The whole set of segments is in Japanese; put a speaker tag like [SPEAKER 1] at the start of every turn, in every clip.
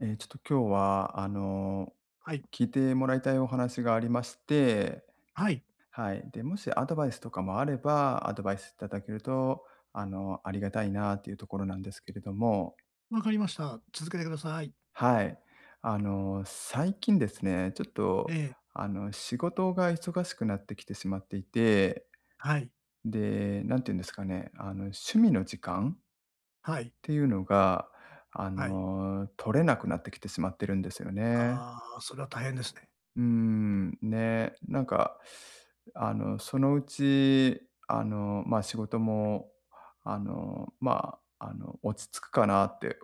[SPEAKER 1] ちょっと今日は、
[SPEAKER 2] はい。
[SPEAKER 1] 聞いてもらいたいお話がありまして、
[SPEAKER 2] はい。
[SPEAKER 1] はい。で、もしアドバイスとかもあれば、アドバイスいただけると、ありがたいなっていうところなんですけれども、
[SPEAKER 2] わかりました。続けてください。
[SPEAKER 1] はい。最近ですね、ちょっと、
[SPEAKER 2] ええ。
[SPEAKER 1] 仕事が忙しくなってきてしまっていて、
[SPEAKER 2] はい。
[SPEAKER 1] で、なんていうんですかね、趣味の時間っ
[SPEAKER 2] はい。
[SPEAKER 1] ていうのが、
[SPEAKER 2] はい。
[SPEAKER 1] 取れなくなってきてしまってるんですよね。
[SPEAKER 2] ああ、それは大変ですね。
[SPEAKER 1] うーん、ね、なんか、そのうち、まあ、仕事も、落ち着くかなって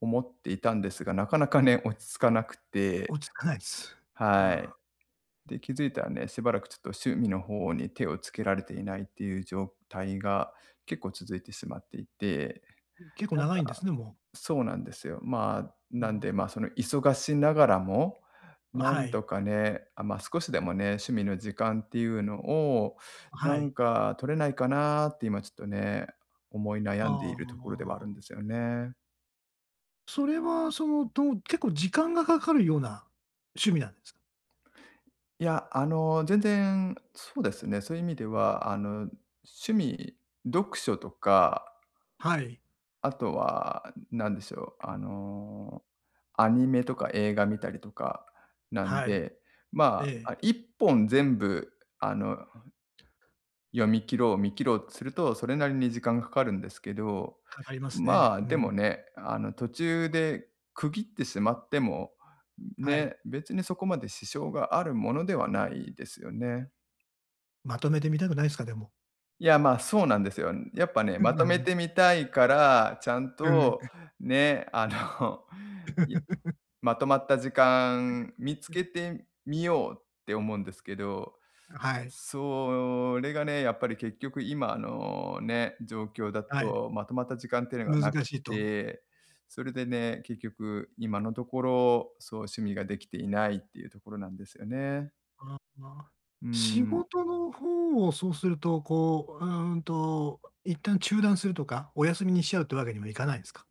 [SPEAKER 1] 思っていたんですが、なかなかね、落ち着かなくて、
[SPEAKER 2] 落ち着かないです。
[SPEAKER 1] は
[SPEAKER 2] ああ、
[SPEAKER 1] い。で、気づいたらね、しばらくちょっと趣味の方に手をつけられていないっていう状態が結構続いてしまっていて、
[SPEAKER 2] 結構
[SPEAKER 1] なん
[SPEAKER 2] 長いんで
[SPEAKER 1] か
[SPEAKER 2] すね、も
[SPEAKER 1] そうなんですよ。まあ、
[SPEAKER 2] う。う
[SPEAKER 1] なんで、
[SPEAKER 2] ん。
[SPEAKER 1] まあ、その忙しながらも、な
[SPEAKER 2] は
[SPEAKER 1] ん
[SPEAKER 2] い。
[SPEAKER 1] とかね、あ、まあ、少しでもね、趣味の時間っていうのを、な
[SPEAKER 2] はい。
[SPEAKER 1] んか取れないかなって今ちょっとね、思い悩
[SPEAKER 2] あ
[SPEAKER 1] んでいるところではあるん
[SPEAKER 2] あ。
[SPEAKER 1] ですよね。
[SPEAKER 2] それはその、どう結構時間がかかるような趣味なんですか？
[SPEAKER 1] いや、全然、そうですね、そういう意味では、趣味、読書とか、
[SPEAKER 2] はい。
[SPEAKER 1] あとは、なんでしょう、アニメとか映画見たりとかなん
[SPEAKER 2] はい。
[SPEAKER 1] で、
[SPEAKER 2] え
[SPEAKER 1] ま
[SPEAKER 2] え、
[SPEAKER 1] あ、あ、1本全部、あの、読み切ろう、見切ろうとすると、それなりに時間がかかるんですけど、
[SPEAKER 2] かかりますね。
[SPEAKER 1] まあ、
[SPEAKER 2] う
[SPEAKER 1] でも
[SPEAKER 2] ん。
[SPEAKER 1] ね、途中で区切ってしまっても、
[SPEAKER 2] はい。
[SPEAKER 1] ね、別にそこまで支障があるものではないですよね。
[SPEAKER 2] まとめてみたくないですか？でも。
[SPEAKER 1] いや、まあ、そうなんですよ。やっぱね、
[SPEAKER 2] う
[SPEAKER 1] ま
[SPEAKER 2] んう
[SPEAKER 1] とめ
[SPEAKER 2] ん。
[SPEAKER 1] てみたいから、ちゃん
[SPEAKER 2] うん。
[SPEAKER 1] とね、や まとまった時間見つけてみようって思うんですけど、
[SPEAKER 2] はい。
[SPEAKER 1] それがね、やっぱり結局今のね、状況だ
[SPEAKER 2] はい。
[SPEAKER 1] とまとまった時間っていうのが
[SPEAKER 2] 難
[SPEAKER 1] なく
[SPEAKER 2] しいと。
[SPEAKER 1] て、それでね、結局今のところ、そう趣味ができていないっていうところなんですよね。
[SPEAKER 2] ああ、
[SPEAKER 1] うー
[SPEAKER 2] 仕
[SPEAKER 1] ん。
[SPEAKER 2] 事の方をそうすると、こう、一旦中断するとか、お休みにしちゃうってわけにもいかないんですか？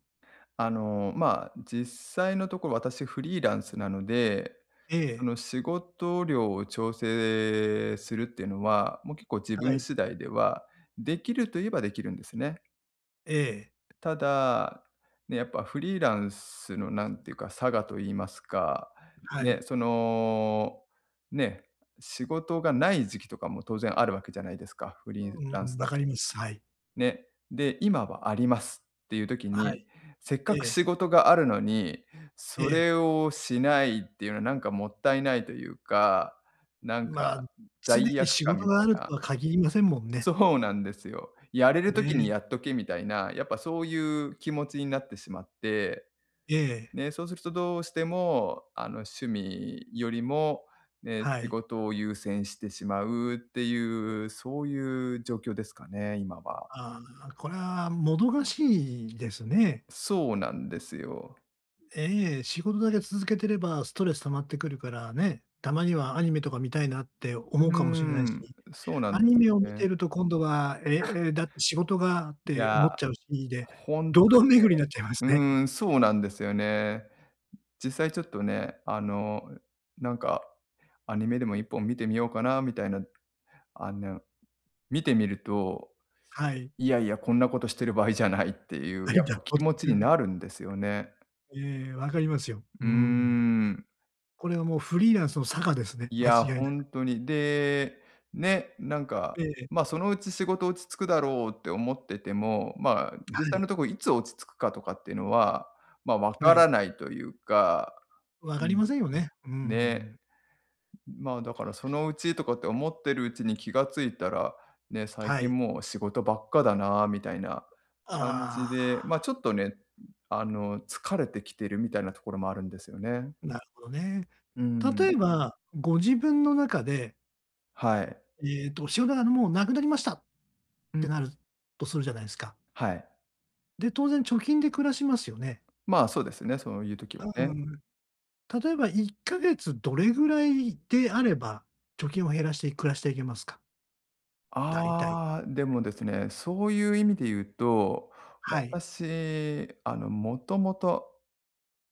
[SPEAKER 1] まあ、実際のところ私フリーランスなので、
[SPEAKER 2] え
[SPEAKER 1] そ
[SPEAKER 2] え、
[SPEAKER 1] の仕事量を調整するっていうのは、もう結構自
[SPEAKER 2] は
[SPEAKER 1] 分
[SPEAKER 2] い、
[SPEAKER 1] 次第では、できるといえばできるんですね。
[SPEAKER 2] ええ、
[SPEAKER 1] ただ、ね、やっぱフリーランスのなんていうか、差がと言いますか、
[SPEAKER 2] は
[SPEAKER 1] ね、
[SPEAKER 2] い。
[SPEAKER 1] その、ね、仕事がない時期とかも当然あるわけじゃないですか、フリーラ
[SPEAKER 2] う
[SPEAKER 1] ンス
[SPEAKER 2] ん、わ
[SPEAKER 1] だ
[SPEAKER 2] かります。はい。
[SPEAKER 1] ね。で、今はありますっていう時
[SPEAKER 2] はい、
[SPEAKER 1] に、せっ
[SPEAKER 2] え
[SPEAKER 1] かく
[SPEAKER 2] え、
[SPEAKER 1] 仕事があるのに、
[SPEAKER 2] え
[SPEAKER 1] そ
[SPEAKER 2] え。
[SPEAKER 1] れをしないっていうのはなんかもったいないというか、なん
[SPEAKER 2] まあ、
[SPEAKER 1] か
[SPEAKER 2] 常
[SPEAKER 1] 罪
[SPEAKER 2] に
[SPEAKER 1] 悪
[SPEAKER 2] 仕
[SPEAKER 1] 感
[SPEAKER 2] 事
[SPEAKER 1] み
[SPEAKER 2] が
[SPEAKER 1] た
[SPEAKER 2] あ
[SPEAKER 1] い
[SPEAKER 2] ると
[SPEAKER 1] な。
[SPEAKER 2] は限りませんもんね。
[SPEAKER 1] そうなんですよ。やれる
[SPEAKER 2] ね
[SPEAKER 1] 時にやっ
[SPEAKER 2] え、
[SPEAKER 1] とけみたいな、やっぱそういう気持ちになってしまって、
[SPEAKER 2] ええ、
[SPEAKER 1] ね、そうするとどうしても、趣味よりも、ね、
[SPEAKER 2] は
[SPEAKER 1] 仕
[SPEAKER 2] い。
[SPEAKER 1] 事を優先してしまうっていう、そういう状況ですかね、今は。
[SPEAKER 2] ああ、これはもどかしいですね。
[SPEAKER 1] そうなんですよ。
[SPEAKER 2] ええ、仕事だけ続けてればストレス溜まってくるからね、たまにはアニメとか見たいなって
[SPEAKER 1] う
[SPEAKER 2] 思うか
[SPEAKER 1] ー
[SPEAKER 2] もしれない
[SPEAKER 1] ん、
[SPEAKER 2] し、
[SPEAKER 1] そうな
[SPEAKER 2] ア
[SPEAKER 1] んで
[SPEAKER 2] ニ
[SPEAKER 1] す
[SPEAKER 2] メを
[SPEAKER 1] よ
[SPEAKER 2] 見て
[SPEAKER 1] ね。
[SPEAKER 2] ると今度は、だって仕事がっ
[SPEAKER 1] い
[SPEAKER 2] て
[SPEAKER 1] や、
[SPEAKER 2] 思っちゃうし、で、
[SPEAKER 1] ほんと
[SPEAKER 2] 堂々
[SPEAKER 1] にね。
[SPEAKER 2] 巡りになっちゃいますね。
[SPEAKER 1] う ーん、そうなんですよね。実際ちょっとね、なんか、アニメでも一本見てみようかなみたいな、あの、見てみると、
[SPEAKER 2] はい。
[SPEAKER 1] いやいや、こんなことしてる場合じゃないっていう、
[SPEAKER 2] ない
[SPEAKER 1] やっ
[SPEAKER 2] だ
[SPEAKER 1] ぱ
[SPEAKER 2] ろう
[SPEAKER 1] 気持
[SPEAKER 2] っ
[SPEAKER 1] ち
[SPEAKER 2] てい
[SPEAKER 1] に
[SPEAKER 2] う。
[SPEAKER 1] なるんですよね。
[SPEAKER 2] ええ、わかりますよ。う
[SPEAKER 1] うー
[SPEAKER 2] ん。
[SPEAKER 1] ん。
[SPEAKER 2] これはもうフリーランスの差がですね、
[SPEAKER 1] い
[SPEAKER 2] 間
[SPEAKER 1] や、
[SPEAKER 2] 違いな
[SPEAKER 1] ほ
[SPEAKER 2] く。
[SPEAKER 1] んとに。で、ね、なんか、
[SPEAKER 2] ええ、
[SPEAKER 1] ま、そのうち仕事落ち着くだろうって思ってても、まあ、
[SPEAKER 2] は
[SPEAKER 1] 実際
[SPEAKER 2] い、
[SPEAKER 1] のとこいつ落ち着くかとかっていうのは、ま、分か
[SPEAKER 2] はい。
[SPEAKER 1] らないというか、
[SPEAKER 2] わ
[SPEAKER 1] う
[SPEAKER 2] かり
[SPEAKER 1] ん、
[SPEAKER 2] ませんよね。う
[SPEAKER 1] ね、
[SPEAKER 2] ん。
[SPEAKER 1] ま、あ、だからそのうちとかって思ってるうちに気が付いたら、ね、最
[SPEAKER 2] は
[SPEAKER 1] 近
[SPEAKER 2] い。
[SPEAKER 1] もう仕事ばっかだなみたいな感じ
[SPEAKER 2] あ
[SPEAKER 1] で、ま、ちょっとね、疲れてきてるみたいなところもあるんですよね。
[SPEAKER 2] あ、なるほどね。
[SPEAKER 1] うん。
[SPEAKER 2] 例えば、ご自分の中で
[SPEAKER 1] はい。
[SPEAKER 2] 仕事がもうなくなりましたっ
[SPEAKER 1] う
[SPEAKER 2] て
[SPEAKER 1] ん、
[SPEAKER 2] なるとするじゃないですか。
[SPEAKER 1] はい。
[SPEAKER 2] で、当然貯金で暮らしますよね。
[SPEAKER 1] まあ、そうですね、そういう時は
[SPEAKER 2] う
[SPEAKER 1] ね。
[SPEAKER 2] ん。例えば1ヶ月どれぐらいであれば、貯金を減らして暮らしていけますか？大体。
[SPEAKER 1] ああ、でもですね、そういう意味で言うと、
[SPEAKER 2] はい。
[SPEAKER 1] 私、もともと、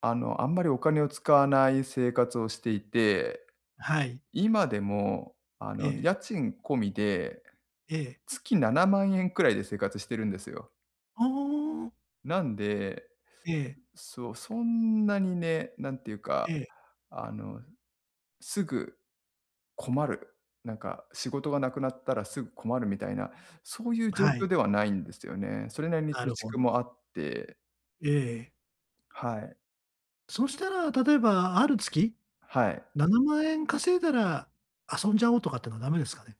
[SPEAKER 1] あんまりお金を使わない生活をしていて、
[SPEAKER 2] はい。
[SPEAKER 1] 今でも、
[SPEAKER 2] ええ、
[SPEAKER 1] 家賃込みで
[SPEAKER 2] ええ。
[SPEAKER 1] 月7万円くらいで生活してるんですよ。
[SPEAKER 2] ああ。
[SPEAKER 1] なんで、
[SPEAKER 2] ええ、
[SPEAKER 1] そう、そんなにね、なんていうか、
[SPEAKER 2] ええ。
[SPEAKER 1] あの、すぐ困る、なんか仕事がなくなったらすぐ困るみたいな、そういう状
[SPEAKER 2] は
[SPEAKER 1] 況
[SPEAKER 2] い。
[SPEAKER 1] ではないんですよね。それなりに貯
[SPEAKER 2] なるほ
[SPEAKER 1] 蓄
[SPEAKER 2] ど。
[SPEAKER 1] もあって。
[SPEAKER 2] ええ。
[SPEAKER 1] はい、
[SPEAKER 2] そしたら、例えばある月
[SPEAKER 1] はい。
[SPEAKER 2] 7万円稼いだら遊んじゃおうとかってのはダメですかね？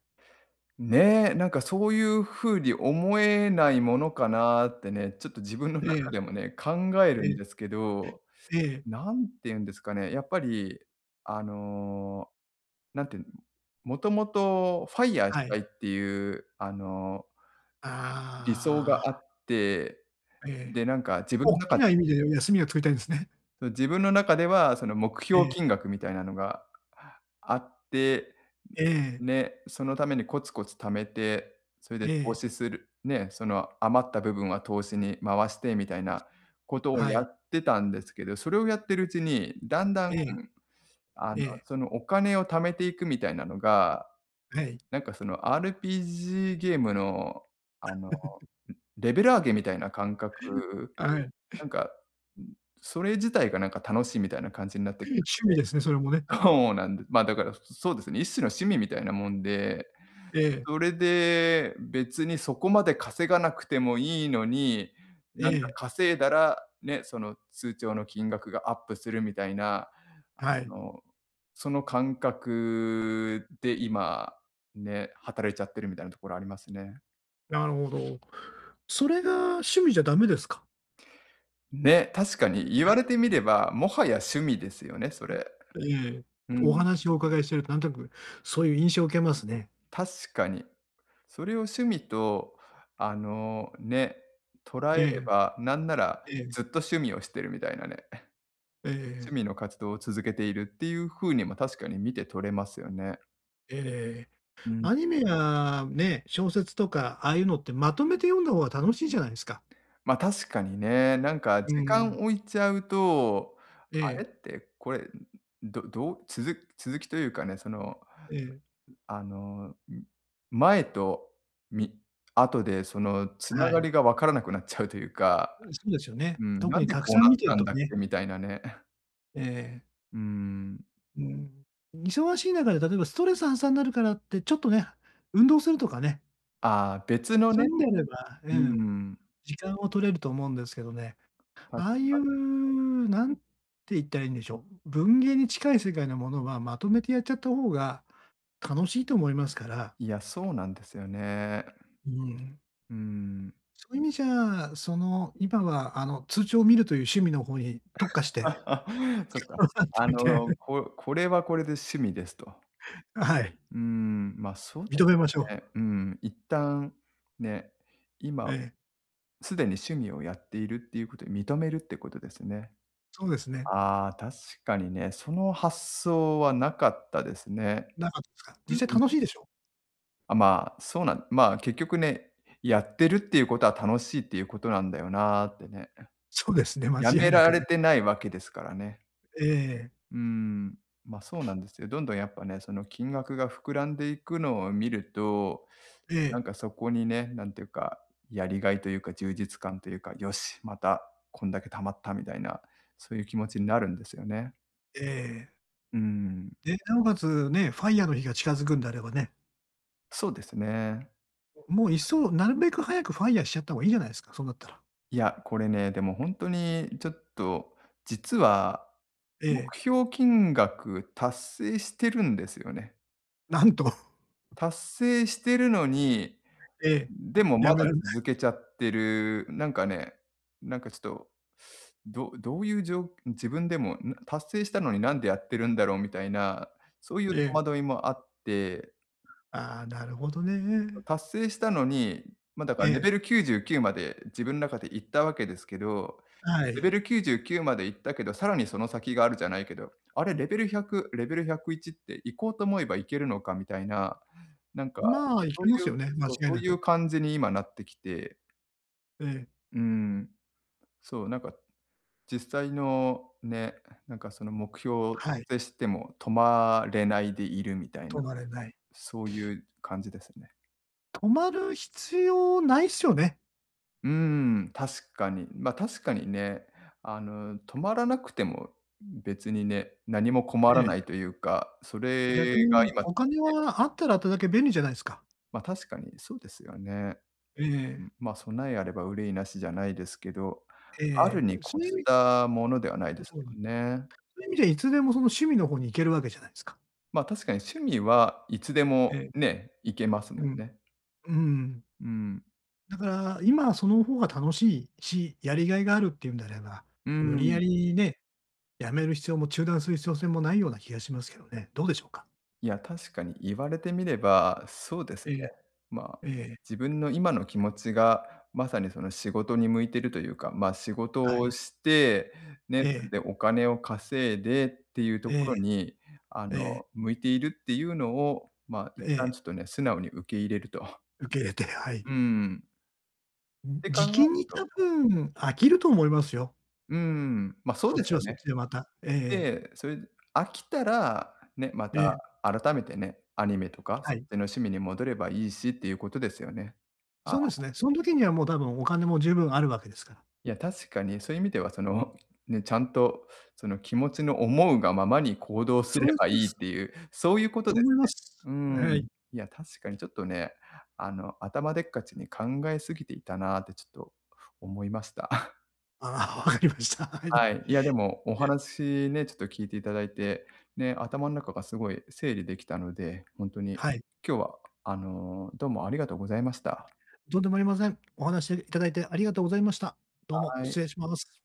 [SPEAKER 1] ねえ、なんかそういう風に思えないものかなってね、ちょっと自分の
[SPEAKER 2] え
[SPEAKER 1] 中
[SPEAKER 2] え、
[SPEAKER 1] でもね、考え
[SPEAKER 2] え
[SPEAKER 1] るん
[SPEAKER 2] え、
[SPEAKER 1] ですけど、
[SPEAKER 2] ええ、
[SPEAKER 1] 何て言うんですかね、やっぱりあのー、なんていうの、もともとファイヤーし
[SPEAKER 2] は
[SPEAKER 1] た
[SPEAKER 2] い。
[SPEAKER 1] いっていう理想が
[SPEAKER 2] あ
[SPEAKER 1] あって、
[SPEAKER 2] あ、ええ。
[SPEAKER 1] で、なんか自分
[SPEAKER 2] お
[SPEAKER 1] の
[SPEAKER 2] っき
[SPEAKER 1] 中
[SPEAKER 2] な意味で休みを作りたいんですね。
[SPEAKER 1] その自分の中では、その目
[SPEAKER 2] え
[SPEAKER 1] 標
[SPEAKER 2] え、
[SPEAKER 1] 金額みたいなのがあって、
[SPEAKER 2] ええ、
[SPEAKER 1] ね、そのためにコツコツ貯めて、それで
[SPEAKER 2] え
[SPEAKER 1] 投
[SPEAKER 2] え、
[SPEAKER 1] 資する、ね、その余った部分は投資に回してみたいなことを
[SPEAKER 2] は
[SPEAKER 1] や
[SPEAKER 2] い。
[SPEAKER 1] ってたんですけど、それをやってるうちに、だんだん、
[SPEAKER 2] ええ、ええ、
[SPEAKER 1] そのお金を貯めていくみたいなのが、
[SPEAKER 2] はい、
[SPEAKER 1] なんかその RPG ゲームの、あの、レベル上げみたいな感覚、
[SPEAKER 2] はい。
[SPEAKER 1] なんか、それ自体がなんか楽しいみたいな感じになって、
[SPEAKER 2] 趣味ですね、それもね。
[SPEAKER 1] そうなんです。まあ、だから、そうですね、一種の趣味みたいなもんで、
[SPEAKER 2] ええ、
[SPEAKER 1] それで別にそこまで稼がなくてもいいのに、
[SPEAKER 2] え
[SPEAKER 1] なんか
[SPEAKER 2] え、
[SPEAKER 1] 稼いだら、ね、その通帳の金額がアップするみたいな、あ
[SPEAKER 2] はい。
[SPEAKER 1] の、その感覚で今、ね、働いちゃってるみたいなところありますね。
[SPEAKER 2] なるほど。それが趣味じゃダメですか？
[SPEAKER 1] ね、確かに言われてみれば、もはや趣味ですよね、それ。
[SPEAKER 2] ええ、
[SPEAKER 1] う
[SPEAKER 2] お
[SPEAKER 1] ん、
[SPEAKER 2] 話をお伺いしてるとなんとなくそういう印象を受けますね。
[SPEAKER 1] 確かに。それを趣味と、ね、捉え
[SPEAKER 2] え
[SPEAKER 1] れ
[SPEAKER 2] え、
[SPEAKER 1] ば、なんなら
[SPEAKER 2] ええ、
[SPEAKER 1] ずっと趣味をしてるみたいなね、
[SPEAKER 2] え
[SPEAKER 1] 趣
[SPEAKER 2] え、
[SPEAKER 1] 味の活動を続けているっていう風にも確かに見て取れますよね。
[SPEAKER 2] ええ。
[SPEAKER 1] うん。
[SPEAKER 2] アニメやね、小説とか、ああいうのってまとめて読んだ方が楽しいじゃないですか。
[SPEAKER 1] ま、確かにね、なんか
[SPEAKER 2] う
[SPEAKER 1] 時
[SPEAKER 2] ん。
[SPEAKER 1] 間置いちゃうと、
[SPEAKER 2] え
[SPEAKER 1] あれ
[SPEAKER 2] え、
[SPEAKER 1] って、これ、どどうつづ続きというかね、その、
[SPEAKER 2] ええ、
[SPEAKER 1] あの、ん、前とみ後でその繋
[SPEAKER 2] は
[SPEAKER 1] が
[SPEAKER 2] い。
[SPEAKER 1] りが分からなくなっちゃうというか、
[SPEAKER 2] うん、そうですよね。
[SPEAKER 1] うん、な
[SPEAKER 2] 特
[SPEAKER 1] ん
[SPEAKER 2] に
[SPEAKER 1] で
[SPEAKER 2] た
[SPEAKER 1] こ
[SPEAKER 2] く
[SPEAKER 1] うなっ
[SPEAKER 2] さん見て
[SPEAKER 1] た
[SPEAKER 2] る
[SPEAKER 1] ん
[SPEAKER 2] と
[SPEAKER 1] だっけ
[SPEAKER 2] ね、
[SPEAKER 1] みたいなね。
[SPEAKER 2] ええ、
[SPEAKER 1] うーん、
[SPEAKER 2] うん。忙しい中で例えばストレス発散になるからって、ちょっとね、運動するとかね、
[SPEAKER 1] ああ、別の
[SPEAKER 2] そうい
[SPEAKER 1] ね、
[SPEAKER 2] うんであれば、う
[SPEAKER 1] うー
[SPEAKER 2] ん、
[SPEAKER 1] ん、
[SPEAKER 2] 時間を取れると思うんですけどね、ああ
[SPEAKER 1] た
[SPEAKER 2] いう、なんて言ったらいいんでしょう、文芸に近い世界のものはまとめてやっちゃった方が楽しいと思いますから、
[SPEAKER 1] いや、そうなんですよね。
[SPEAKER 2] うん。
[SPEAKER 1] うーん。
[SPEAKER 2] そういう意味じゃ、その、今は通帳を見るという趣味の方に特化して、
[SPEAKER 1] そっ か。
[SPEAKER 2] 頑張ってみて、
[SPEAKER 1] これはこれで趣味ですと。
[SPEAKER 2] はい、
[SPEAKER 1] うーん、ま、そうで
[SPEAKER 2] 認めまし
[SPEAKER 1] す
[SPEAKER 2] ょう。
[SPEAKER 1] ね。うん、一旦ね、
[SPEAKER 2] え
[SPEAKER 1] 今
[SPEAKER 2] え。
[SPEAKER 1] すでに趣味をやっているっていうことで認めるってことですね。
[SPEAKER 2] そうですね。
[SPEAKER 1] ああ、確かにね、その発想はなかったですね。
[SPEAKER 2] なかったですか？
[SPEAKER 1] うん。
[SPEAKER 2] 実際楽しいでしょ？
[SPEAKER 1] あ、まあ、そうなんまあ、結局ね、やってるっていうことは楽しいっていうことなんだよなってね。
[SPEAKER 2] そうですね、間
[SPEAKER 1] や
[SPEAKER 2] 違い
[SPEAKER 1] め
[SPEAKER 2] な
[SPEAKER 1] ら
[SPEAKER 2] く
[SPEAKER 1] れ
[SPEAKER 2] ね。
[SPEAKER 1] てないわけですからね。
[SPEAKER 2] ええ、
[SPEAKER 1] うん、ま、そうなんですよ。どんどんやっぱね、その金額が膨らんでいくのを見ると、
[SPEAKER 2] え
[SPEAKER 1] な
[SPEAKER 2] え、
[SPEAKER 1] んかそこにね、なんていうか、やりがいというか充実感というか、よし、またこんだけ貯まったみたいな、そういう気持ちになるんですよね。
[SPEAKER 2] ええ。
[SPEAKER 1] うん、
[SPEAKER 2] で、なおかつね、ファイヤーの日が近づくんであればね、
[SPEAKER 1] そうですね。
[SPEAKER 2] もういっそ、なるべく早くファイヤーしちゃった方がいいじゃないですか、そうなったら。
[SPEAKER 1] いや、これね、でも本当にちょっと、実は
[SPEAKER 2] え
[SPEAKER 1] 目
[SPEAKER 2] え、
[SPEAKER 1] 標金額達成してるんですよね。
[SPEAKER 2] なんと、
[SPEAKER 1] 達成してるのに、
[SPEAKER 2] ええ、
[SPEAKER 1] でも
[SPEAKER 2] や
[SPEAKER 1] ま
[SPEAKER 2] め
[SPEAKER 1] だ
[SPEAKER 2] られない。
[SPEAKER 1] 続けちゃってる、なんかね、なんかちょっと、どどういうじょう自分でも、達成したのになんでやってるんだろうみたいな、そういう
[SPEAKER 2] え
[SPEAKER 1] 戸
[SPEAKER 2] え。
[SPEAKER 1] 惑いもあって、
[SPEAKER 2] ああ、なるほどね。
[SPEAKER 1] 達成したのに、ま、だ
[SPEAKER 2] え
[SPEAKER 1] からレ
[SPEAKER 2] え、
[SPEAKER 1] ベル99まで自分の中で行ったわけですけど、
[SPEAKER 2] は
[SPEAKER 1] レ
[SPEAKER 2] い。
[SPEAKER 1] ベル99まで行ったけど、さらにその先があるじゃないけど、あれレベル100、レベル101って行こうと思えば行けるのかみたいな、なんか、
[SPEAKER 2] まあ、い
[SPEAKER 1] そ
[SPEAKER 2] け
[SPEAKER 1] うい
[SPEAKER 2] ます
[SPEAKER 1] う
[SPEAKER 2] よね、間
[SPEAKER 1] そう、
[SPEAKER 2] 違い
[SPEAKER 1] そう
[SPEAKER 2] な
[SPEAKER 1] いう
[SPEAKER 2] く。
[SPEAKER 1] 感じに今なってきて、
[SPEAKER 2] ええ、
[SPEAKER 1] うん、そう、なんか実際のね、なんかその目標を
[SPEAKER 2] はい、
[SPEAKER 1] 達成しても止まれないでいるみたい
[SPEAKER 2] 止
[SPEAKER 1] な、
[SPEAKER 2] まれない。
[SPEAKER 1] そういう感じですね。
[SPEAKER 2] 止まる必要ないっすよね。
[SPEAKER 1] うーん、確かに。ま、確かにね、止まらなくても別にね、何も困
[SPEAKER 2] え
[SPEAKER 1] らない
[SPEAKER 2] え、
[SPEAKER 1] というか、そ
[SPEAKER 2] 逆
[SPEAKER 1] れが
[SPEAKER 2] に
[SPEAKER 1] 今楽
[SPEAKER 2] お金
[SPEAKER 1] しい。
[SPEAKER 2] はあったらあっただけ便利じゃないすか。
[SPEAKER 1] ま、確かにそうですよね。
[SPEAKER 2] え
[SPEAKER 1] う
[SPEAKER 2] え、
[SPEAKER 1] ん、ま、備えあれば憂いなしじゃないですけど、ある
[SPEAKER 2] え
[SPEAKER 1] に
[SPEAKER 2] え、
[SPEAKER 1] 越
[SPEAKER 2] そういう意
[SPEAKER 1] し
[SPEAKER 2] 味
[SPEAKER 1] たものではないで
[SPEAKER 2] こ
[SPEAKER 1] す
[SPEAKER 2] とにそ
[SPEAKER 1] もんね。
[SPEAKER 2] ういう意味じゃいつでもその趣味の方に行けるわけじゃないですか。
[SPEAKER 1] ま、確かに趣味はいつで
[SPEAKER 2] え
[SPEAKER 1] も
[SPEAKER 2] え、
[SPEAKER 1] ね、行けますも
[SPEAKER 2] う
[SPEAKER 1] ん
[SPEAKER 2] ん、
[SPEAKER 1] ね。
[SPEAKER 2] うん。
[SPEAKER 1] うん。
[SPEAKER 2] だから今その方が楽しいし、やりがいがあるっていうんであれば、
[SPEAKER 1] う
[SPEAKER 2] 無理や
[SPEAKER 1] ん。
[SPEAKER 2] りね、やめる必要も中断する必要性もないような気がしますけどね。どうでしょうか？
[SPEAKER 1] いや、確かに言われてみれば、そうです
[SPEAKER 2] え
[SPEAKER 1] ね。
[SPEAKER 2] え、
[SPEAKER 1] まあ、
[SPEAKER 2] ええ、
[SPEAKER 1] 自分の今の気持ちが、まさにその仕事に向いてるというか、まあ、仕事
[SPEAKER 2] は
[SPEAKER 1] を
[SPEAKER 2] い。
[SPEAKER 1] して、ね、
[SPEAKER 2] え
[SPEAKER 1] そ
[SPEAKER 2] え、
[SPEAKER 1] れでお金を稼いでっていうと
[SPEAKER 2] え
[SPEAKER 1] ころ
[SPEAKER 2] え、
[SPEAKER 1] に、
[SPEAKER 2] ええ、
[SPEAKER 1] 向いているっていうのを、まあ、一
[SPEAKER 2] え
[SPEAKER 1] 旦
[SPEAKER 2] え、
[SPEAKER 1] ちょっとね、素直に受け入れると。
[SPEAKER 2] 受け入れて、はい。
[SPEAKER 1] うん。って考
[SPEAKER 2] じ
[SPEAKER 1] え
[SPEAKER 2] き
[SPEAKER 1] る
[SPEAKER 2] に多
[SPEAKER 1] と、
[SPEAKER 2] 分飽きると思いますよ。
[SPEAKER 1] うん、ま、そう
[SPEAKER 2] そっ
[SPEAKER 1] です
[SPEAKER 2] ちは
[SPEAKER 1] よ
[SPEAKER 2] そっ
[SPEAKER 1] ね。
[SPEAKER 2] ちでまた。ええ、
[SPEAKER 1] で、それで飽きたら、ね、ま
[SPEAKER 2] ええ、
[SPEAKER 1] た
[SPEAKER 2] ええ、
[SPEAKER 1] 改めてね、アニメとか、そっ
[SPEAKER 2] はい。
[SPEAKER 1] ちの趣味に戻ればいいしっていうことですよね。あ、
[SPEAKER 2] そうですね。その時にはもう多分お金も十分あるわけですから。
[SPEAKER 1] いや、確かにそういう意味では、その、ね、ちゃんとその気持ちの思うがままに行動す
[SPEAKER 2] そ
[SPEAKER 1] れ
[SPEAKER 2] うです、
[SPEAKER 1] ばい
[SPEAKER 2] そうで
[SPEAKER 1] い
[SPEAKER 2] す。
[SPEAKER 1] っていう、そういうこと
[SPEAKER 2] と
[SPEAKER 1] です
[SPEAKER 2] 思いま
[SPEAKER 1] ね。
[SPEAKER 2] す。
[SPEAKER 1] うー
[SPEAKER 2] は
[SPEAKER 1] ん。
[SPEAKER 2] い。
[SPEAKER 1] いや、確かにちょっとね、頭でっかちに考えすぎていたなってちょっと思いました。
[SPEAKER 2] ああ、わかりました。はい。
[SPEAKER 1] はい。
[SPEAKER 2] い
[SPEAKER 1] いや、でも、お
[SPEAKER 2] え。
[SPEAKER 1] 話ね、ちょっと聞いていただいて、ね、頭の中がすごい整理できたので、本当に
[SPEAKER 2] はい。
[SPEAKER 1] 今日は、どうもありがとうございました。
[SPEAKER 2] とんでもありません。お話しいただいてありがとうございました。どうも
[SPEAKER 1] はい。
[SPEAKER 2] 失礼します。